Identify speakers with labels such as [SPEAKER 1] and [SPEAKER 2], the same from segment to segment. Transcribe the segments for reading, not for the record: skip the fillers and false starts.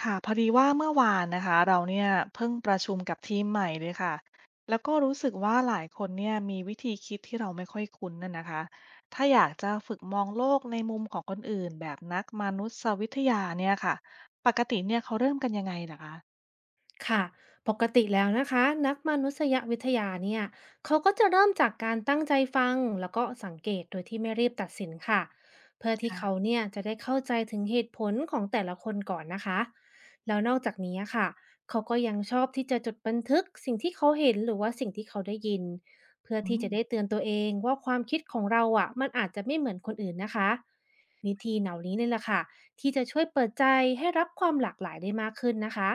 [SPEAKER 1] ค่ะพอดีว่าเมื่อวานนะคะเราเนี่ยเพิ่งประชุมกับทีมใหม่เลยค่ะแล้วก็รู้สึกว่าหลายคนเนี่ยมีวิธีคิดที่เราไม่ค่อยคุ้นน่ะนะคะถ้าอยากจะฝึกมองโลกในมุมของคนอื่นแบบนักมานุษยวิทยาเนี่ยค่ะปกติเนี่ยเขาเริ่มกันยังไงล่ะคะ
[SPEAKER 2] ค่ะปกติแล้วนะคะนักมนุษยวิทยาเนี่ยเขาก็จะเริ่มจากการตั้งใจฟังแล้วก็สังเกตโดยที่ไม่รีบตัดสินค่ะเพื่อที่เขา
[SPEAKER 1] ค่ะ
[SPEAKER 2] เนี่ยจะได้เข้าใจถึงเหตุผลของแต่ละคนก่อนนะคะแล้วนอกจากนี้ค่ะเขาก็ยังชอบที่จะจดบันทึกสิ่งที่เขาเห็นหรือว่าสิ่งที่เขาได้ยินเพื่อ
[SPEAKER 1] อื
[SPEAKER 2] ที่จะได้
[SPEAKER 1] ม
[SPEAKER 2] เตือนตัวเองว่าความคิดของเราอ่ะมันอาจจะไม่เหมือนคนอื่นนะคะวิธีเหล่านี้เนี่ยแหละค่ะที่จะช่วยเปิดใจให้รับความหลากหลายได้มากขึ้นนะคะ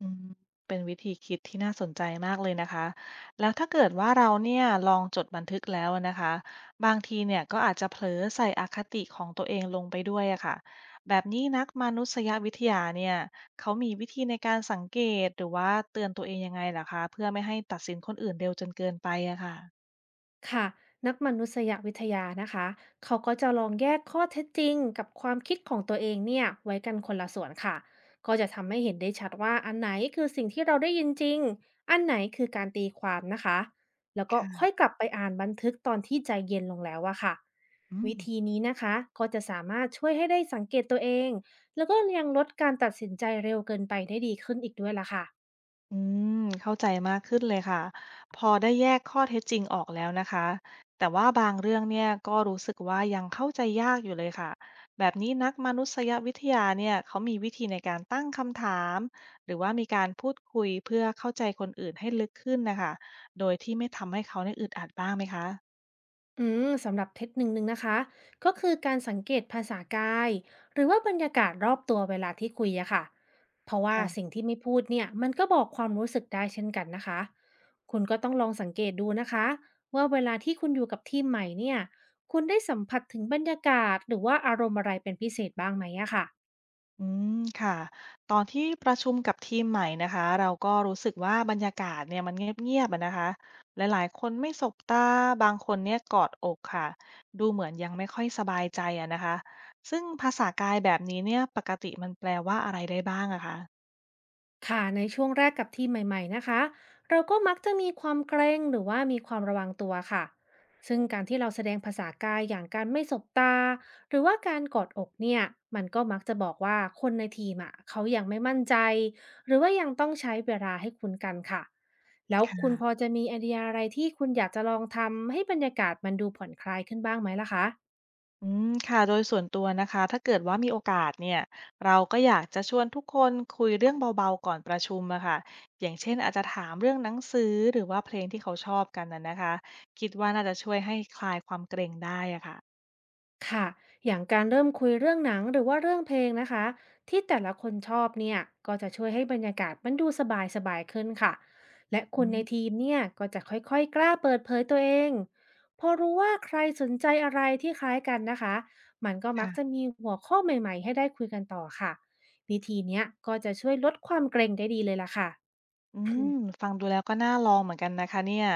[SPEAKER 1] อืมเป็นวิธีคิดที่น่าสนใจมากเลยนะคะแล้วถ้าเกิดว่าเราเนี่ยลองจดบันทึกแล้วนะคะบางทีเนี่ยก็อาจจะเผลอใส่อคติของตัวเองลงไปด้วยอะค่ะแบบนี้นักมานุษยวิทยาเนี่ยเขามีวิธีในการสังเกตหรือว่าเตือนตัวเองยังไงล่ะคะเพื่อไม่ให้ตัดสินคนอื่นเร็วจนเกินไปอะค่ะ
[SPEAKER 2] ค่ะนักมนุษยวิทยานะคะเขาก็จะลองแยกข้อเท็จจริงกับความคิดของตัวเองเนี่ยไว้กันคนละส่วนค่ะก็จะทำให้เห็นได้ชัดว่าอันไหนคือสิ่งที่เราได้ยินจริงอันไหนคือการตีความนะคะแล้วก็
[SPEAKER 1] ค่ะ
[SPEAKER 2] ค่อยกลับไปอ่านบันทึกตอนที่ใจเย็นลงแล้วอะค่ะ
[SPEAKER 1] อืม
[SPEAKER 2] วิธีนี้นะคะก็จะสามารถช่วยให้ได้สังเกตตัวเองแล้วก็ยังลดการตัดสินใจเร็วเกินไปได้ดีขึ้นอีกด้วยล่ะค่ะ
[SPEAKER 1] อืมเข้าใจมากขึ้นเลยค่ะพอได้แยกข้อเท็จจริงออกแล้วนะคะแต่ว่าบางเรื่องเนี่ยก็รู้สึกว่ายังเข้าใจยากอยู่เลยค่ะแบบนี้นักมนุษยวิทยาเนี่ยเขามีวิธีในการตั้งคำถามหรือว่ามีการพูดคุยเพื่อเข้าใจคนอื่นให้ลึกขึ้นนะคะโดยที่ไม่ทำให้เขาเนี่ยอึดอัดบ้างไหมคะ
[SPEAKER 2] อืมสำหรับเทคนิคนึงนะคะก็คือการสังเกตภาษากายหรือว่าบรรยากาศรอบตัวเวลาที่คุยอะค่ะเพราะว่าสิ่งที่ไม่พูดเนี่ยมันก็บอกความรู้สึกได้เช่นกันนะคะคุณก็ต้องลองสังเกตดูนะคะว่าเวลาที่คุณอยู่กับทีมใหม่เนี่ยคุณได้สัมผัสถึงบรรยากาศหรือว่าอารมณ์อะไรเป็นพิเศษบ้างไหมอะค่ะ
[SPEAKER 1] อืมค่ะตอนที่ประชุมกับทีมใหม่นะคะเราก็รู้สึกว่าบรรยากาศเนี่ยมันเงียบๆอะนะคะหลายๆคนไม่สบตาบางคนเนี่ยกอดอกค่ะดูเหมือนยังไม่ค่อยสบายใจอะนะคะซึ่งภาษากายแบบนี้เนี่ยปกติมันแปลว่าอะไรได้บ้างอะคะ
[SPEAKER 2] ค่ะในช่วงแรกกับทีมใหม่ๆนะคะเราก็มักจะมีความเกรงหรือว่ามีความระวังตัวค่ะซึ่งการที่เราแสดงภาษากายอย่างการไม่สบตาหรือว่าการกอดอกเนี่ยมันก็มักจะบอกว่าคนในทีมอ่ะเขายังไม่มั่นใจหรือว่ายังต้องใช้เวลาให้คุณกันค่ะแล้วคุณพอจะมีไอเดียอะไรที่คุณอยากจะลองทำให้บรรยากาศมันดูผ่อนคลายขึ้นบ้างไหมล่ะคะ
[SPEAKER 1] อืมค่ะโดยส่วนตัวนะคะถ้าเกิดว่ามีโอกาสเนี่ยเราก็อยากจะชวนทุกคนคุยเรื่องเบาๆก่อนประชุมอะค่ะอย่างเช่นอาจจะถามเรื่องหนังสือหรือว่าเพลงที่เขาชอบกันน่ะนะคะคิดว่าน่าจะช่วยให้คลายความเกรงได้อะค่ะ
[SPEAKER 2] ค่ะอย่างการเริ่มคุยเรื่องหนังหรือว่าเรื่องเพลงนะคะ ที่แต่ละคนชอบเนี่ย ก็จะช่วยให้บรรยากาศมันดูสบายสบายขึ้นค่ะ และค
[SPEAKER 1] อื
[SPEAKER 2] นใน
[SPEAKER 1] ม
[SPEAKER 2] ทีมเนี่ยก็จะค่อยๆกล้าเปิดเผยตัวเองพอรู้ว่าใครสนใจอะไรที่คล้ายกันนะคะมันก็มักจะ
[SPEAKER 1] ค่ะ
[SPEAKER 2] มีหัวข้อใหม่ๆให้ได้คุยกันต่อค่ะวิธีเนี้ยก็จะช่วยลดความเกรงได้ดีเลยล่ะค่ะ
[SPEAKER 1] อืมฟังดูแล้วก็น่าลองเหมือนกันนะคะเนี่ย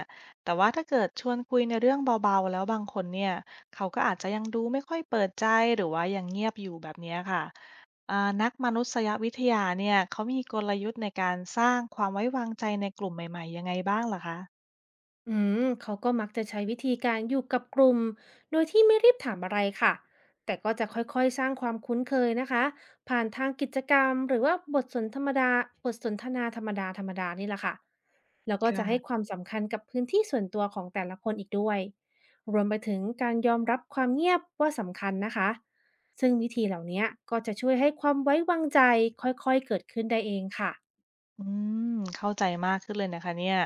[SPEAKER 1] แต่ว่าถ้าเกิดชวนคุยในเรื่องเบาๆแล้วบางคนเนี่ยเขาก็อาจจะยังดูไม่ค่อยเปิดใจหรือว่ายังเงียบอยู่แบบเนี้ยค่ะ อ่านักมนุษยวิทยาเนี่ยเขามีกลยุทธ์ในการสร้างความไว้วางใจในกลุ่มใหม่ๆยังไงบ้างลหรอคะ
[SPEAKER 2] อืมเขาก็มักจะใช้วิธีการอยู่กับกลุ่มโดยที่ไม่รีบถามอะไรค่ะแต่ก็จะค่อยๆสร้างความคุ้นเคยนะคะผ่านทางกิจกรรมหรือว่าบทสนทนาธรรมดาธรรมดานี่แหละค่ะแล้วก็จะให้ค
[SPEAKER 1] ค่ะ
[SPEAKER 2] วามสำคัญกับพื้นที่ส่วนตัวของแต่ละคนอีกด้วยรวมไปถึงการยอมรับความเงียบว่าสำคัญนะคะซึ่งวิธีเหล่านี้ก็จะช่วยให้ความไว้วางใจค่อยๆเกิดขึ้นได้เองค่ะ
[SPEAKER 1] อืมเข้าใจมากขึ้นเลยนะคะเนี่ย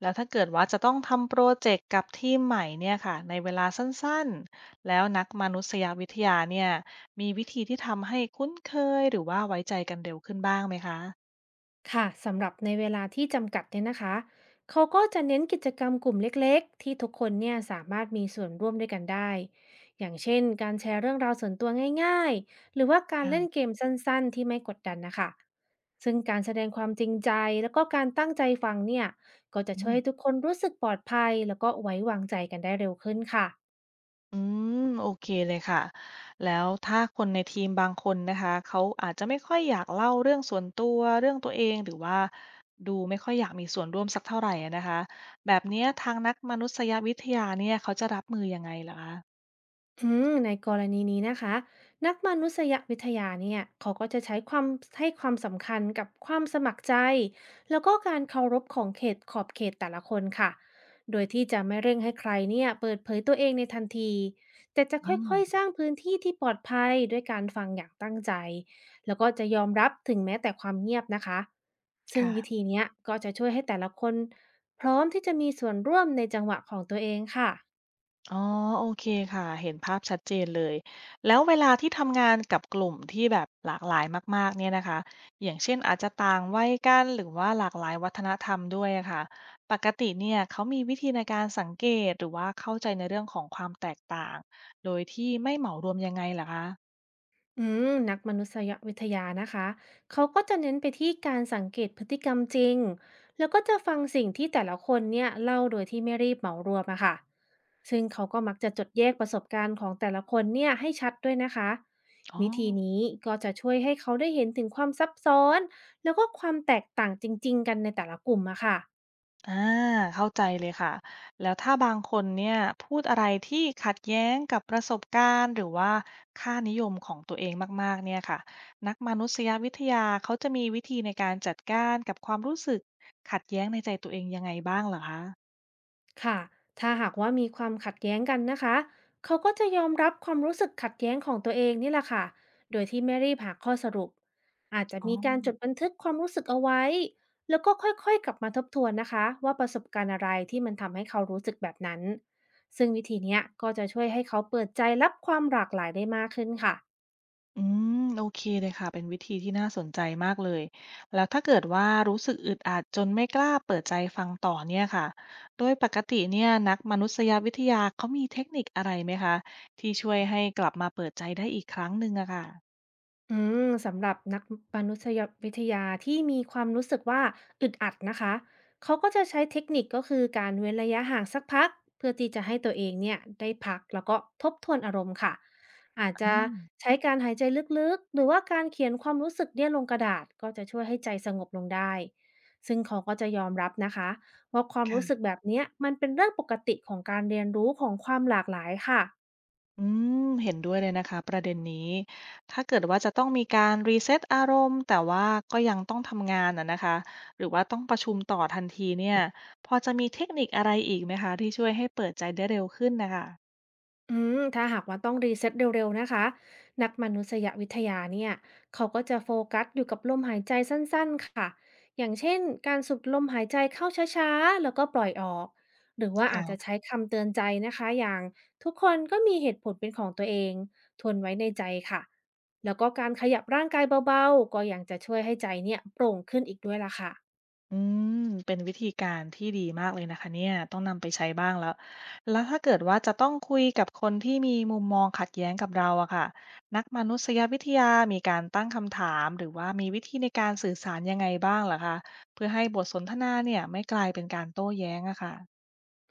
[SPEAKER 1] แล้วถ้าเกิดว่าจะต้องทำโปรเจกต์กับทีมใหม่เนี่ยค่ะ ในเวลาสั้นๆ แล้วนักมนุษยวิทยาเนี่ยมีวิธีที่ทำให้คุ้นเคยหรือว่าไว้ใจกันเร็วขึ้นบ้างไหมคะ
[SPEAKER 2] ค่ะสำหรับในเวลาที่จำกัดเนี่ยนะคะเขาก็จะเน้นกิจกรรมกลุ่มเล็กๆที่ทุกคนเนี่ยสามารถมีส่วนร่วมด้วยกันได้อย่างเช่นการแชร์เรื่องราวส่วนตัวง่ายๆหรือว่าการเล่น
[SPEAKER 1] ค่ะ
[SPEAKER 2] เกมสั้นๆที่ไม่กดดันนะคะซึ่งการแสดงความจริงใจแล้วก็การตั้งใจฟังเนี่ยก็จะ
[SPEAKER 1] อื
[SPEAKER 2] ช่วย
[SPEAKER 1] ม
[SPEAKER 2] ให้ทุกคนรู้สึกปลอดภัยแล้วก็ไว้วางใจกันได้เร็วขึ้นค่ะ
[SPEAKER 1] อืมโอเคเลยค่ะแล้วถ้าคนในทีมบางคนนะคะเขาอาจจะไม่ค่อยอยากเล่าเรื่องส่วนตัวเรื่องตัวเองหรือว่าดูไม่ค่อยอยากมีส่วนร่วมสักเท่าไหร่อะนะคะแบบเนี้ยทางนักมนุษยวิทยาเนี่ยเขาจะรับมือยังไงเหรอคะ
[SPEAKER 2] อืมในกรณีนี้นะคะนักมนุษยวิทยาเนี่ยเขาก็จะให้ความสำคัญกับความสมัครใจแล้วก็การเคารพขอบเขตแต่ละคนค่ะโดยที่จะไม่เร่งให้ใครเนี่ยเปิดเผยตัวเองในทันทีแต่จะ
[SPEAKER 1] อื
[SPEAKER 2] ค่
[SPEAKER 1] ม
[SPEAKER 2] อยๆสร้างพื้นที่ที่ปลอดภัยด้วยการฟังอย่างตั้งใจแล้วก็จะยอมรับถึงแม้แต่ความเงียบนะคะซึ่ง
[SPEAKER 1] ค่ะ
[SPEAKER 2] วิธีเนี้ยก็จะช่วยให้แต่ละคนพร้อมที่จะมีส่วนร่วมในจังหวะของตัวเองค่ะ
[SPEAKER 1] อ๋อโอเคค่ะเห็นภาพชัดเจนเลยแล้วเวลาที่ทำงานกับกลุ่มที่แบบหลากหลายมากๆเนี่ยนะคะอย่างเช่นอาจจะต่างวัยกันหรือว่าหลากหลายวัฒนธรรมด้วยอะค่ะปกติเนี่ยเขามีวิธีในการสังเกตหรือว่าเข้าใจในเรื่องของความแตกต่างโดยที่ไม่เหมารวมยังไงเหรอคะ
[SPEAKER 2] อืมนักมนุษยวิทยานะคะเขาก็จะเน้นไปที่การสังเกตพฤติกรรมจริงแล้วก็จะฟังสิ่งที่แต่ละคนเนี่ยเล่าโดยที่ไม่รีบเหมารวมอะค่ะซึ่งเขาก็มักจะจดแยกประสบการณ์ของแต่ละคนเนี่ยให้ชัดด้วยนะคะ
[SPEAKER 1] อ๋อ
[SPEAKER 2] วิธีนี้ก็จะช่วยให้เขาได้เห็นถึงความซับซ้อนแล้วก็ความแตกต่างจริงๆกันในแต่ละกลุ่มอะค่ะ
[SPEAKER 1] อาเข้าใจเลยค่ะแล้วถ้าบางคนเนี่ยพูดอะไรที่ขัดแย้งกับประสบการณ์หรือว่าค่านิยมของตัวเองมากๆเนี่ยค่ะนักมนุษยวิทยาเขาจะมีวิธีในการจัดการกับความรู้สึกขัดแย้งในใจตัวเองยังไงบ้างเหรอคะ
[SPEAKER 2] ค่ะ ถ้าหากว่ามีความขัดแย้งกันนะคะ เขาก็จะยอมรับความรู้สึกขัดแย้งของตัวเองนี่แหละค่ะโดยที่ไม่รีบหาข้อสรุปอาจจะ
[SPEAKER 1] อ๋อ
[SPEAKER 2] มีการจดบันทึกความรู้สึกเอาไว้ แล้วก็ค่อยๆกลับมาทบทวนนะคะว่าประสบการณ์อะไรที่มันทำให้เขารู้สึกแบบนั้น ซึ่งวิธีเนี้ยก็จะช่วยให้เขาเปิดใจรับความหลากหลายได้มากขึ้นค่ะ
[SPEAKER 1] อืมโอเคเลยค่ะเป็นวิธีที่น่าสนใจมากเลยแล้วถ้าเกิดว่ารู้สึกอึดอัดจนไม่กล้าเปิดใจฟังต่อเนี่ยค่ะโดยปกติเนี่ยนักมนุษยวิทยาเขามีเทคนิคอะไรไหมคะที่ช่วยให้กลับมาเปิดใจได้อีกครั้งหนึ่งอะค่ะ
[SPEAKER 2] อืสำหรับนักมนุษยวิทยาที่มีความรู้สึกว่าอึดอัดนะคะเขาก็จะใช้เทคนิคก็คือการเว้นระยะห่างสักพักเพื่อที่จะให้ตัวเองเนี่ยได้พักแล้วก็ทบทวนอารมณ์ค่ะอาจ
[SPEAKER 1] อ่
[SPEAKER 2] จะ
[SPEAKER 1] า
[SPEAKER 2] ใช้การหายใจลึกๆหรือว่าการเขียนความรู้สึกเนี่ยลงกระดาษก็จะช่วยให้ใจสงบลงได้ซึ่งเขาก็จะยอมรับนะคะว่าความรู้สึก
[SPEAKER 1] ค่ะ
[SPEAKER 2] แบบเนี้ยมันเป็นเรื่องปกติของการเรียนรู้ของความหลากหลายค่ะ
[SPEAKER 1] อืมเห็นด้วยเลยนะคะประเด็นนี้ถ้าเกิดว่าจะต้องมีการรีเซ็ตอารมณ์แต่ว่าก็ยังต้องทำงานอะนะคะหรือว่าต้องประชุมต่อทันทีเนี่ยพอจะมีเทคนิคอะไรอีกไหมคะที่ช่วยให้เปิดใจได้เร็วขึ้นนะคะ
[SPEAKER 2] ถ้าหากว่าต้องรีเซ็ตเร็วๆนะคะนักมนุษยวิทยาเนี่ยเขาก็จะโฟกัสอยู่กับลมหายใจสั้นๆค่ะอย่างเช่นการสูดลมหายใจเข้าช้าๆแล้วก็ปล่อยออกหรือว่าอาจจะ
[SPEAKER 1] ค่ะ
[SPEAKER 2] ใช้คำเตือนใจนะคะอย่างทุกคนก็มีเหตุผลเป็นของตัวเองทวนไว้ในใจค่ะแล้วก็การขยับร่างกายเบาๆก็ยังจะช่วยให้ใจเนี่ยโปร่งขึ้นอีกด้วยล่ะค่ะ
[SPEAKER 1] อืมเป็นวิธีการที่ดีมากเลยนะคะเนี่ยต้องนำไปใช้บ้างแล้ว แล้วถ้าเกิดว่าจะต้องคุยกับคนที่มีมุมมองขัดแย้งกับเราอะค่ะนักมนุษยวิทยามีการตั้งคำถามหรือว่ามีวิธีในการสื่อสารยังไงบ้างเหรอคะเพื่อให้บทสนทนาเนี่ยไม่กลายเป็นการโต้แย้งอะค่ะ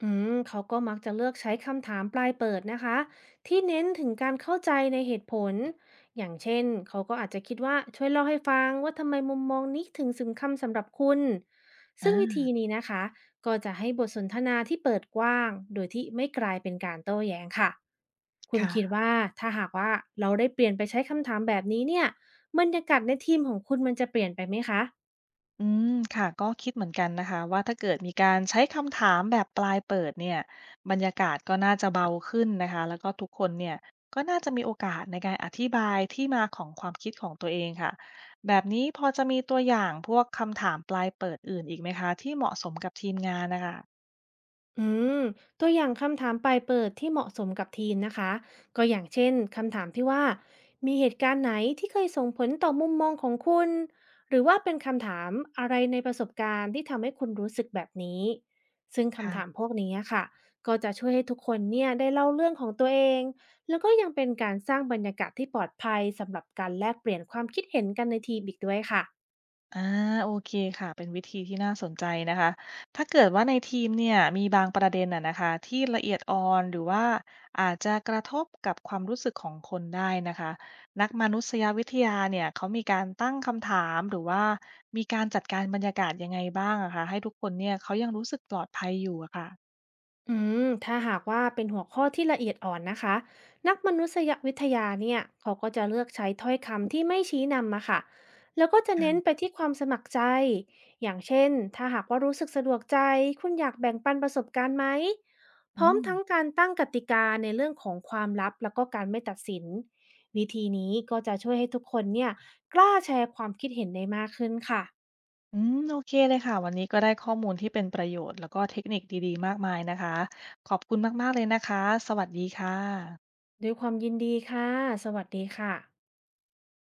[SPEAKER 2] เขาก็มักจะเลือกใช้คำถามปลายเปิดนะคะที่เน้นถึงการเข้าใจในเหตุผลอย่างเช่นเขาก็อาจจะคิดว่าช่วยเล่าให้ฟังว่าทำไมมุมมองนี้ถึงสำคัญสำหรับคุณ
[SPEAKER 1] อ่
[SPEAKER 2] ซึ่งวิ
[SPEAKER 1] า
[SPEAKER 2] ธีนี้นะคะก็จะให้บทสนทนาที่เปิดกว้างโดยที่ไม่กลายเป็นการโต้แย้งค่ะคุณคิด
[SPEAKER 1] ค่ะ
[SPEAKER 2] ว่าถ้าหากว่าเราได้เปลี่ยนไปใช้คำถามแบบนี้เนี่ยบรรยากาศในทีมของคุณมันจะเปลี่ยนไปไหมคะ
[SPEAKER 1] อืมค่ะก็คิดเหมือนกันนะคะว่าถ้าเกิดมีการใช้คำถามแบบปลายเปิดเนี่ยบรรยากาศก็น่าจะเบาขึ้นนะคะแล้วก็ทุกคนเนี่ยก็น่าจะมีโอกาสในการอธิบายที่มาของความคิดของตัวเองค่ะแบบนี้พอจะมีตัวอย่างพวกคำถามปลายเปิดอื่นอีกไหมคะที่เหมาะสมกับทีมงานนะคะ
[SPEAKER 2] อืมตัวอย่างคำถามปลายเปิดที่เหมาะสมกับทีมนะคะก็อย่างเช่นคำถามที่ว่ามีเหตุการณ์ไหนที่เคยส่งผลต่อมุมมองของคุณหรือว่าเป็นคำถามอะไรในประสบการณ์ที่ทำให้คุณรู้สึกแบบนี้ซึ่ง
[SPEAKER 1] ค่ะ
[SPEAKER 2] คำถามพวกนี้ค่ะก็จะช่วยให้ทุกคนเนี่ยได้เล่าเรื่องของตัวเองแล้วก็ยังเป็นการสร้างบรรยากาศที่ปลอดภัยสำหรับการแลกเปลี่ยนความคิดเห็นกันในทีมอีกด้วยค่ะ
[SPEAKER 1] อาโอเคค่ะเป็นวิธีที่น่าสนใจนะคะถ้าเกิดว่าในทีมเนี่ยมีบางประเด็นอะนะคะที่ละเอียดอ่อนหรือว่าอาจจะกระทบกับความรู้สึกของคนได้นะคะนักมานุษยวิทยาเนี่ยเขามีการตั้งคำถามหรือว่ามีการจัดการบรรยากาศยังไงบ้างอะคะให้ทุกคนเนี่ยเขายังรู้สึกปลอดภัยอยู่อะค่ะ
[SPEAKER 2] อืถ้าหากว่าเป็นหัวข้อที่ละเอียดอ่อนนะคะนักมนุษยวิทยาเนี่ยเขาก็จะเลือกใช้ถ้อยคำที่ไม่ชี้นำมาค่ะแล้วก็จะเน้น
[SPEAKER 1] ค่ะ
[SPEAKER 2] ไปที่ความสมัครใจอย่างเช่นถ้าหากว่ารู้สึกสะดวกใจคุณอยากแบ่งปันประสบการณ์ไหมพ
[SPEAKER 1] อื
[SPEAKER 2] ร้อม
[SPEAKER 1] ม
[SPEAKER 2] ทั้งการตั้งกติกาในเรื่องของความลับแล้วก็การไม่ตัดสินวิธีนี้ก็จะช่วยให้ทุกคนเนี่ยกล้าแชร์ความคิดเห็นได้มากขึ้นค่ะ
[SPEAKER 1] อืมโอเคเลยค่ะวันนี้ก็ได้ข้อมูลที่เป็นประโยชน์แล้วก็เทคนิคดีๆมากมายนะคะขอบคุณมากๆเลยนะคะสวัสดีค่ะ
[SPEAKER 2] ด้วยความยินดีค่ะสวัสดีค่ะ